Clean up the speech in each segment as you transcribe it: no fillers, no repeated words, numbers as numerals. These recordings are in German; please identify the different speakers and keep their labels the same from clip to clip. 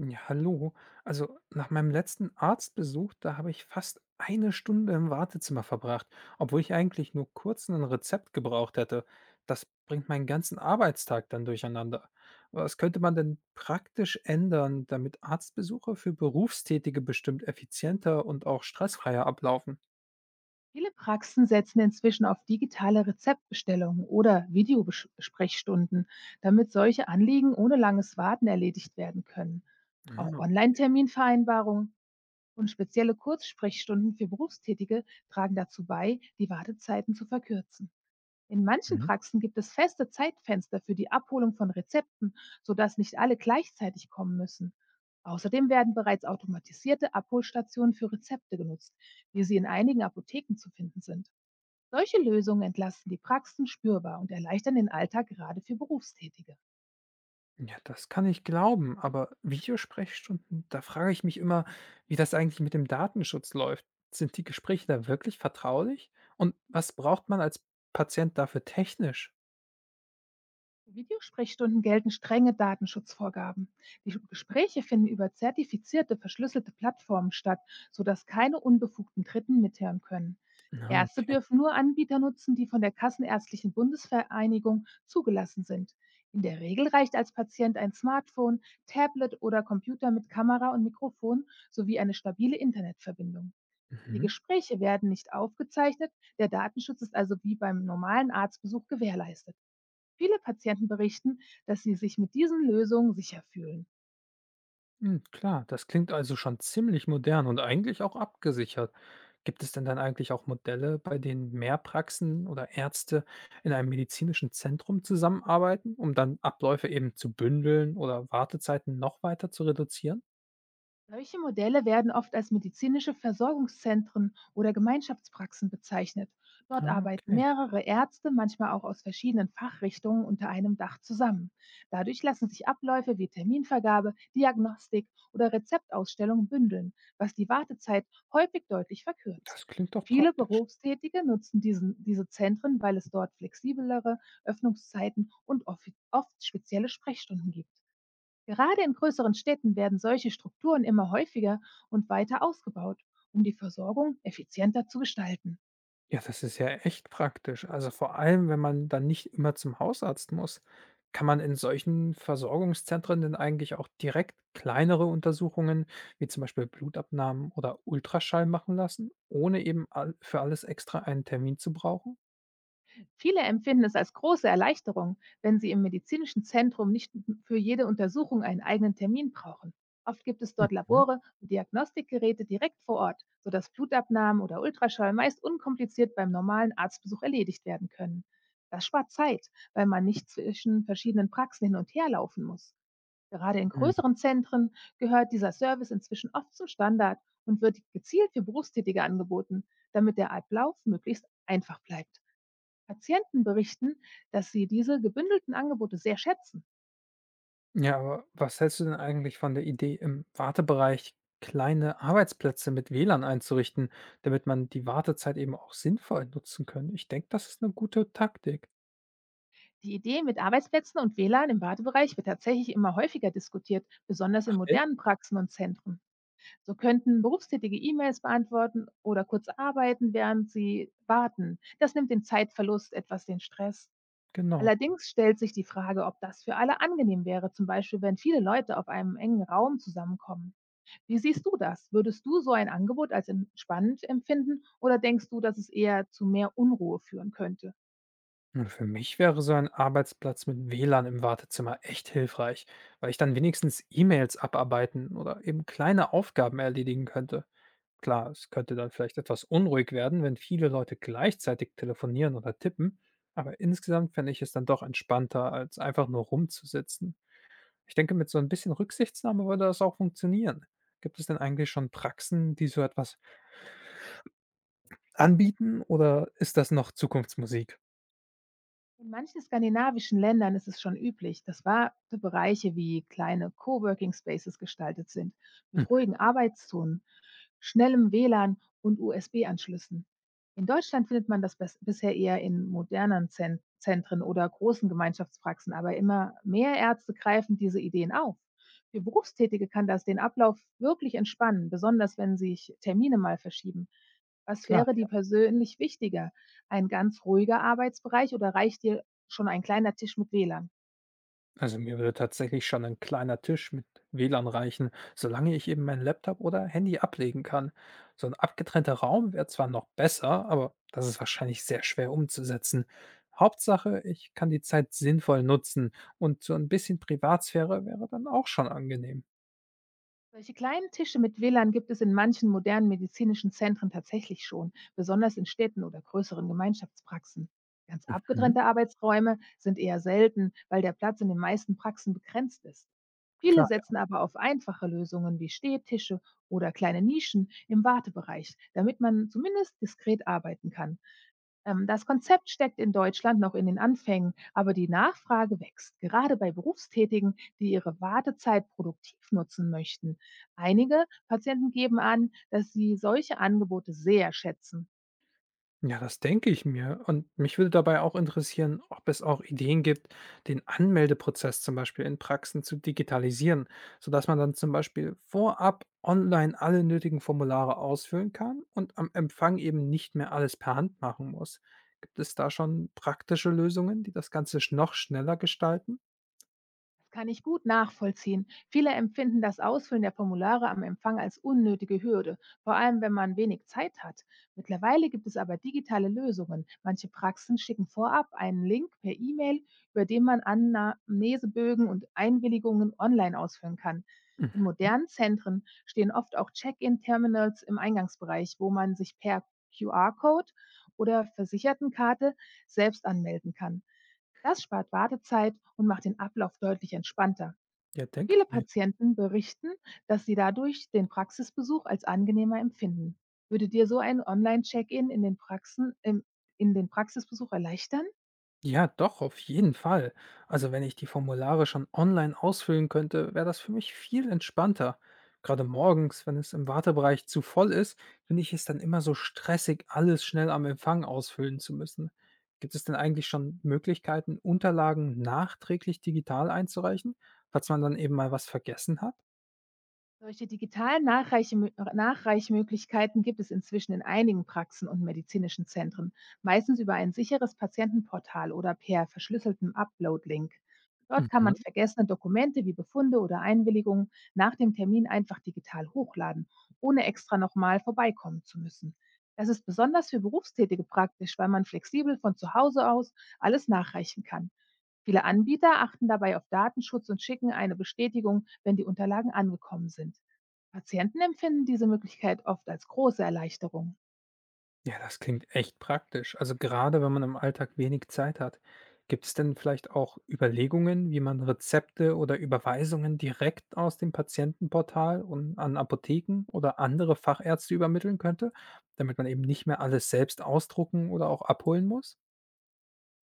Speaker 1: Ja, hallo. Also nach meinem letzten Arztbesuch, da habe ich fast eine Stunde im Wartezimmer verbracht, obwohl ich eigentlich nur kurz ein Rezept gebraucht hätte. Das bringt meinen ganzen Arbeitstag dann durcheinander. Was könnte man denn praktisch ändern, damit Arztbesuche für Berufstätige bestimmt effizienter und auch stressfreier ablaufen?
Speaker 2: Viele Praxen setzen inzwischen auf digitale Rezeptbestellungen oder Videosprechstunden, damit solche Anliegen ohne langes Warten erledigt werden können. Auch
Speaker 1: Ah.
Speaker 2: Online-Terminvereinbarungen und spezielle Kurzsprechstunden für Berufstätige tragen dazu bei, die Wartezeiten zu verkürzen. In manchen Praxen gibt es feste Zeitfenster für die Abholung von Rezepten, sodass nicht alle gleichzeitig kommen müssen. Außerdem werden bereits automatisierte Abholstationen für Rezepte genutzt, wie sie in einigen Apotheken zu finden sind. Solche Lösungen entlasten die Praxen spürbar und erleichtern den Alltag gerade für Berufstätige.
Speaker 1: Ja, das kann ich glauben, aber Videosprechstunden, da frage ich mich immer, wie das eigentlich mit dem Datenschutz läuft. Sind die Gespräche da wirklich vertraulich? Und was braucht man als Patient dafür technisch?
Speaker 2: Für Videosprechstunden gelten strenge Datenschutzvorgaben. Die Gespräche finden über zertifizierte, verschlüsselte Plattformen statt, sodass keine unbefugten Dritten mithören können.
Speaker 1: Ah,
Speaker 2: Ärzte
Speaker 1: okay.
Speaker 2: dürfen nur Anbieter nutzen, die von der Kassenärztlichen Bundesvereinigung zugelassen sind. In der Regel reicht als Patient ein Smartphone, Tablet oder Computer mit Kamera und Mikrofon sowie eine stabile Internetverbindung. Die
Speaker 1: Mhm.
Speaker 2: Gespräche werden nicht aufgezeichnet, der Datenschutz ist also wie beim normalen Arztbesuch gewährleistet. Viele Patienten berichten, dass sie sich mit diesen Lösungen sicher fühlen.
Speaker 1: Hm, klar, das klingt also schon ziemlich modern und eigentlich auch abgesichert. Gibt es denn dann eigentlich auch Modelle, bei denen mehr Praxen oder Ärzte in einem medizinischen Zentrum zusammenarbeiten, um dann Abläufe eben zu bündeln oder Wartezeiten noch weiter zu reduzieren?
Speaker 2: Solche Modelle werden oft als medizinische Versorgungszentren oder Gemeinschaftspraxen bezeichnet.
Speaker 1: Ah,
Speaker 2: Dort arbeiten
Speaker 1: okay.
Speaker 2: mehrere Ärzte, manchmal auch aus verschiedenen Fachrichtungen, unter einem Dach zusammen. Dadurch lassen sich Abläufe wie Terminvergabe, Diagnostik oder Rezeptausstellung bündeln, was die Wartezeit häufig deutlich verkürzt.
Speaker 1: Das klingt doch
Speaker 2: Viele
Speaker 1: praktisch.
Speaker 2: Berufstätige nutzen diese Zentren, weil es dort flexiblere Öffnungszeiten und oft spezielle Sprechstunden gibt. Gerade in größeren Städten werden solche Strukturen immer häufiger und weiter ausgebaut, um die Versorgung effizienter zu gestalten.
Speaker 1: Ja, das ist ja echt praktisch. Also vor allem, wenn man dann nicht immer zum Hausarzt muss. Kann man in solchen Versorgungszentren denn eigentlich auch direkt kleinere Untersuchungen, wie zum Beispiel Blutabnahmen oder Ultraschall machen lassen, ohne eben all für alles extra einen Termin zu brauchen?
Speaker 2: Viele empfinden es als große Erleichterung, wenn sie im medizinischen Zentrum nicht für jede Untersuchung einen eigenen Termin brauchen. Oft gibt es dort
Speaker 1: Mhm.
Speaker 2: Labore und Diagnostikgeräte direkt vor Ort, sodass Blutabnahmen oder Ultraschall meist unkompliziert beim normalen Arztbesuch erledigt werden können. Das spart Zeit, weil man nicht zwischen verschiedenen Praxen hin und her laufen muss. Gerade in
Speaker 1: Mhm.
Speaker 2: größeren Zentren gehört dieser Service inzwischen oft zum Standard und wird gezielt für Berufstätige angeboten, damit der Ablauf möglichst einfach bleibt. Patienten berichten, dass sie diese gebündelten Angebote sehr schätzen.
Speaker 1: Ja, aber was hältst du denn eigentlich von der Idee, im Wartebereich kleine Arbeitsplätze mit WLAN einzurichten, damit man die Wartezeit eben auch sinnvoll nutzen kann? Ich denke, das ist eine gute Taktik.
Speaker 2: Die Idee mit Arbeitsplätzen und WLAN im Wartebereich wird tatsächlich immer häufiger diskutiert, besonders in
Speaker 1: Echt?
Speaker 2: modernen Praxen und Zentren. So könnten Berufstätige E-Mails beantworten oder kurz arbeiten, während sie warten. Das nimmt den Zeitverlust etwas den Stress.
Speaker 1: Genau.
Speaker 2: Allerdings stellt sich die Frage, ob das für alle angenehm wäre, zum Beispiel wenn viele Leute auf einem engen Raum zusammenkommen. Wie siehst du das? Würdest du so ein Angebot als entspannend empfinden oder denkst du, dass es eher zu mehr Unruhe führen könnte?
Speaker 1: Und für mich wäre so ein Arbeitsplatz mit WLAN im Wartezimmer echt hilfreich, weil ich dann wenigstens E-Mails abarbeiten oder eben kleine Aufgaben erledigen könnte. Klar, es könnte dann vielleicht etwas unruhig werden, wenn viele Leute gleichzeitig telefonieren oder tippen, aber insgesamt fände ich es dann doch entspannter, als einfach nur rumzusitzen. Ich denke, mit so ein bisschen Rücksichtnahme würde das auch funktionieren. Gibt es denn eigentlich schon Praxen, die so etwas anbieten oder ist das noch Zukunftsmusik?
Speaker 2: In manchen skandinavischen Ländern ist es schon üblich, dass wahre Bereiche wie kleine Coworking Spaces gestaltet sind,
Speaker 1: Hm,
Speaker 2: mit ruhigen Arbeitszonen, schnellem WLAN und USB-Anschlüssen. In Deutschland findet man das bisher eher in modernen Zentren oder großen Gemeinschaftspraxen, aber immer mehr Ärzte greifen diese Ideen auf. Für Berufstätige kann das den Ablauf wirklich entspannen, besonders wenn sich Termine mal verschieben. Was
Speaker 1: klar.
Speaker 2: wäre dir persönlich wichtiger? Ein ganz ruhiger Arbeitsbereich oder reicht dir schon ein kleiner Tisch mit WLAN?
Speaker 1: Also mir würde tatsächlich schon ein kleiner Tisch mit WLAN reichen, solange ich eben meinen Laptop oder Handy ablegen kann. So ein abgetrennter Raum wäre zwar noch besser, aber das ist wahrscheinlich sehr schwer umzusetzen. Hauptsache, ich kann die Zeit sinnvoll nutzen und so ein bisschen Privatsphäre wäre dann auch schon angenehm.
Speaker 2: Solche kleinen Tische mit WLAN gibt es in manchen modernen medizinischen Zentren tatsächlich schon, besonders in Städten oder größeren Gemeinschaftspraxen. Ganz
Speaker 1: Mhm.
Speaker 2: abgetrennte Arbeitsräume sind eher selten, weil der Platz in den meisten Praxen begrenzt ist. Viele
Speaker 1: Klar.
Speaker 2: setzen aber auf einfache Lösungen wie Stehtische oder kleine Nischen im Wartebereich, damit man zumindest diskret arbeiten kann. Das Konzept steckt in Deutschland noch in den Anfängen, aber die Nachfrage wächst, gerade bei Berufstätigen, die ihre Wartezeit produktiv nutzen möchten. Einige Patienten geben an, dass sie solche Angebote sehr schätzen.
Speaker 1: Ja, das denke ich mir. Und mich würde dabei auch interessieren, ob es auch Ideen gibt, den Anmeldeprozess zum Beispiel in Praxen zu digitalisieren, sodass man dann zum Beispiel vorab online alle nötigen Formulare ausfüllen kann und am Empfang eben nicht mehr alles per Hand machen muss. Gibt es da schon praktische Lösungen, die das Ganze noch schneller gestalten?
Speaker 2: Das kann ich gut nachvollziehen. Viele empfinden das Ausfüllen der Formulare am Empfang als unnötige Hürde, vor allem wenn man wenig Zeit hat. Mittlerweile gibt es aber digitale Lösungen. Manche Praxen schicken vorab einen Link per E-Mail, über den man Anamnesebögen und Einwilligungen online ausfüllen kann. In
Speaker 1: Mhm.
Speaker 2: modernen Zentren stehen oft auch Check-in-Terminals im Eingangsbereich, wo man sich per QR-Code oder Versichertenkarte selbst anmelden kann. Das spart Wartezeit und macht den Ablauf deutlich entspannter.
Speaker 1: Ja, denke ich
Speaker 2: Viele
Speaker 1: mir.
Speaker 2: Patienten berichten, dass sie dadurch den Praxisbesuch als angenehmer empfinden. Würde dir so ein Online-Check-in in den in den Praxisbesuch erleichtern?
Speaker 1: Ja, doch, auf jeden Fall. Also wenn ich die Formulare schon online ausfüllen könnte, wäre das für mich viel entspannter. Gerade morgens, wenn es im Wartebereich zu voll ist, finde ich es dann immer so stressig, alles schnell am Empfang ausfüllen zu müssen. Gibt es denn eigentlich schon Möglichkeiten, Unterlagen nachträglich digital einzureichen, falls man dann eben mal was vergessen hat?
Speaker 2: Solche digitalen Nachreichemö Nachreichmöglichkeiten gibt es inzwischen in einigen Praxen und medizinischen Zentren, meistens über ein sicheres Patientenportal oder per verschlüsseltem Upload-Link. Dort kann
Speaker 1: Mhm.
Speaker 2: man vergessene Dokumente wie Befunde oder Einwilligungen nach dem Termin einfach digital hochladen, ohne extra nochmal vorbeikommen zu müssen. Das ist besonders für Berufstätige praktisch, weil man flexibel von zu Hause aus alles nachreichen kann. Viele Anbieter achten dabei auf Datenschutz und schicken eine Bestätigung, wenn die Unterlagen angekommen sind. Patienten empfinden diese Möglichkeit oft als große Erleichterung.
Speaker 1: Ja, das klingt echt praktisch. Also gerade wenn man im Alltag wenig Zeit hat. Gibt es denn vielleicht auch Überlegungen, wie man Rezepte oder Überweisungen direkt aus dem Patientenportal und an Apotheken oder andere Fachärzte übermitteln könnte, damit man eben nicht mehr alles selbst ausdrucken oder auch abholen muss?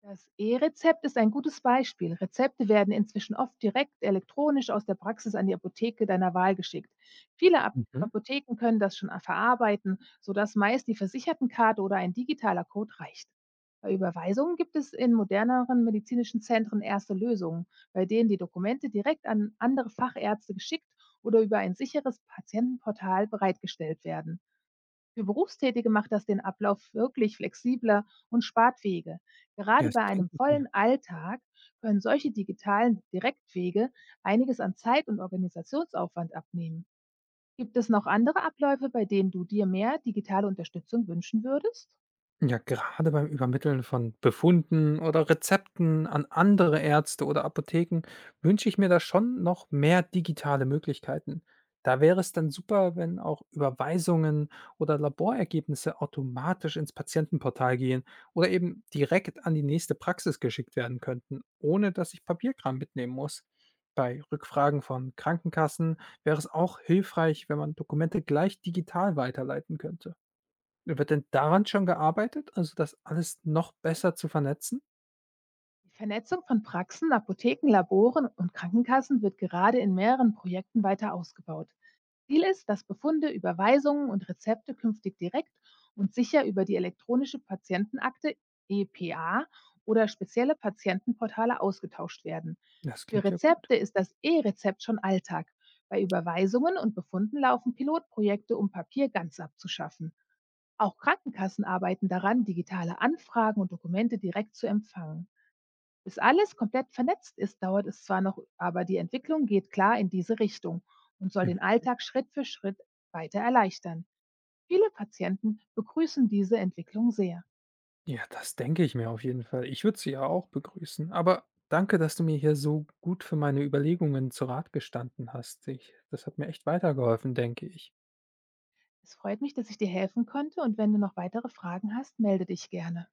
Speaker 2: Das E-Rezept ist ein gutes Beispiel. Rezepte werden inzwischen oft direkt elektronisch aus der Praxis an die Apotheke deiner Wahl geschickt. Viele Ap
Speaker 1: Mhm.
Speaker 2: Apotheken können das schon verarbeiten, sodass meist die Versichertenkarte oder ein digitaler Code reicht. Bei Überweisungen gibt es in moderneren medizinischen Zentren erste Lösungen, bei denen die Dokumente direkt an andere Fachärzte geschickt oder über ein sicheres Patientenportal bereitgestellt werden. Für Berufstätige macht das den Ablauf wirklich flexibler und spart Wege.
Speaker 1: Ja,
Speaker 2: Gerade
Speaker 1: das
Speaker 2: bei
Speaker 1: denke
Speaker 2: einem
Speaker 1: ich mir.
Speaker 2: vollen Alltag können solche digitalen Direktwege einiges an Zeit und Organisationsaufwand abnehmen. Gibt es noch andere Abläufe, bei denen du dir mehr digitale Unterstützung wünschen würdest?
Speaker 1: Ja, gerade beim Übermitteln von Befunden oder Rezepten an andere Ärzte oder Apotheken wünsche ich mir da schon noch mehr digitale Möglichkeiten. Da wäre es dann super, wenn auch Überweisungen oder Laborergebnisse automatisch ins Patientenportal gehen oder eben direkt an die nächste Praxis geschickt werden könnten, ohne dass ich Papierkram mitnehmen muss. Bei Rückfragen von Krankenkassen wäre es auch hilfreich, wenn man Dokumente gleich digital weiterleiten könnte. Wird denn daran schon gearbeitet? Also, das alles noch besser zu vernetzen?
Speaker 2: Die Vernetzung von Praxen, Apotheken, Laboren und Krankenkassen wird gerade in mehreren Projekten weiter ausgebaut. Ziel ist, dass Befunde, Überweisungen und Rezepte künftig direkt und sicher über die elektronische Patientenakte EPA oder spezielle Patientenportale ausgetauscht werden.
Speaker 1: Das
Speaker 2: Für
Speaker 1: klingt ja gut.
Speaker 2: Rezepte ist das E-Rezept schon Alltag. Bei Überweisungen und Befunden laufen Pilotprojekte, um Papier ganz abzuschaffen. Auch Krankenkassen arbeiten daran, digitale Anfragen und Dokumente direkt zu empfangen. Bis alles komplett vernetzt ist, dauert es zwar noch, aber die Entwicklung geht klar in diese Richtung und soll
Speaker 1: Hm.
Speaker 2: den Alltag Schritt für Schritt weiter erleichtern. Viele Patienten begrüßen diese Entwicklung sehr.
Speaker 1: Ja, das denke ich mir auf jeden Fall. Ich würde sie ja auch begrüßen. Aber danke, dass du mir hier so gut für meine Überlegungen zu Rat gestanden hast. Ich Das hat mir echt weitergeholfen, denke ich.
Speaker 2: Es freut mich, dass ich dir helfen konnte und wenn du noch weitere Fragen hast, melde dich gerne.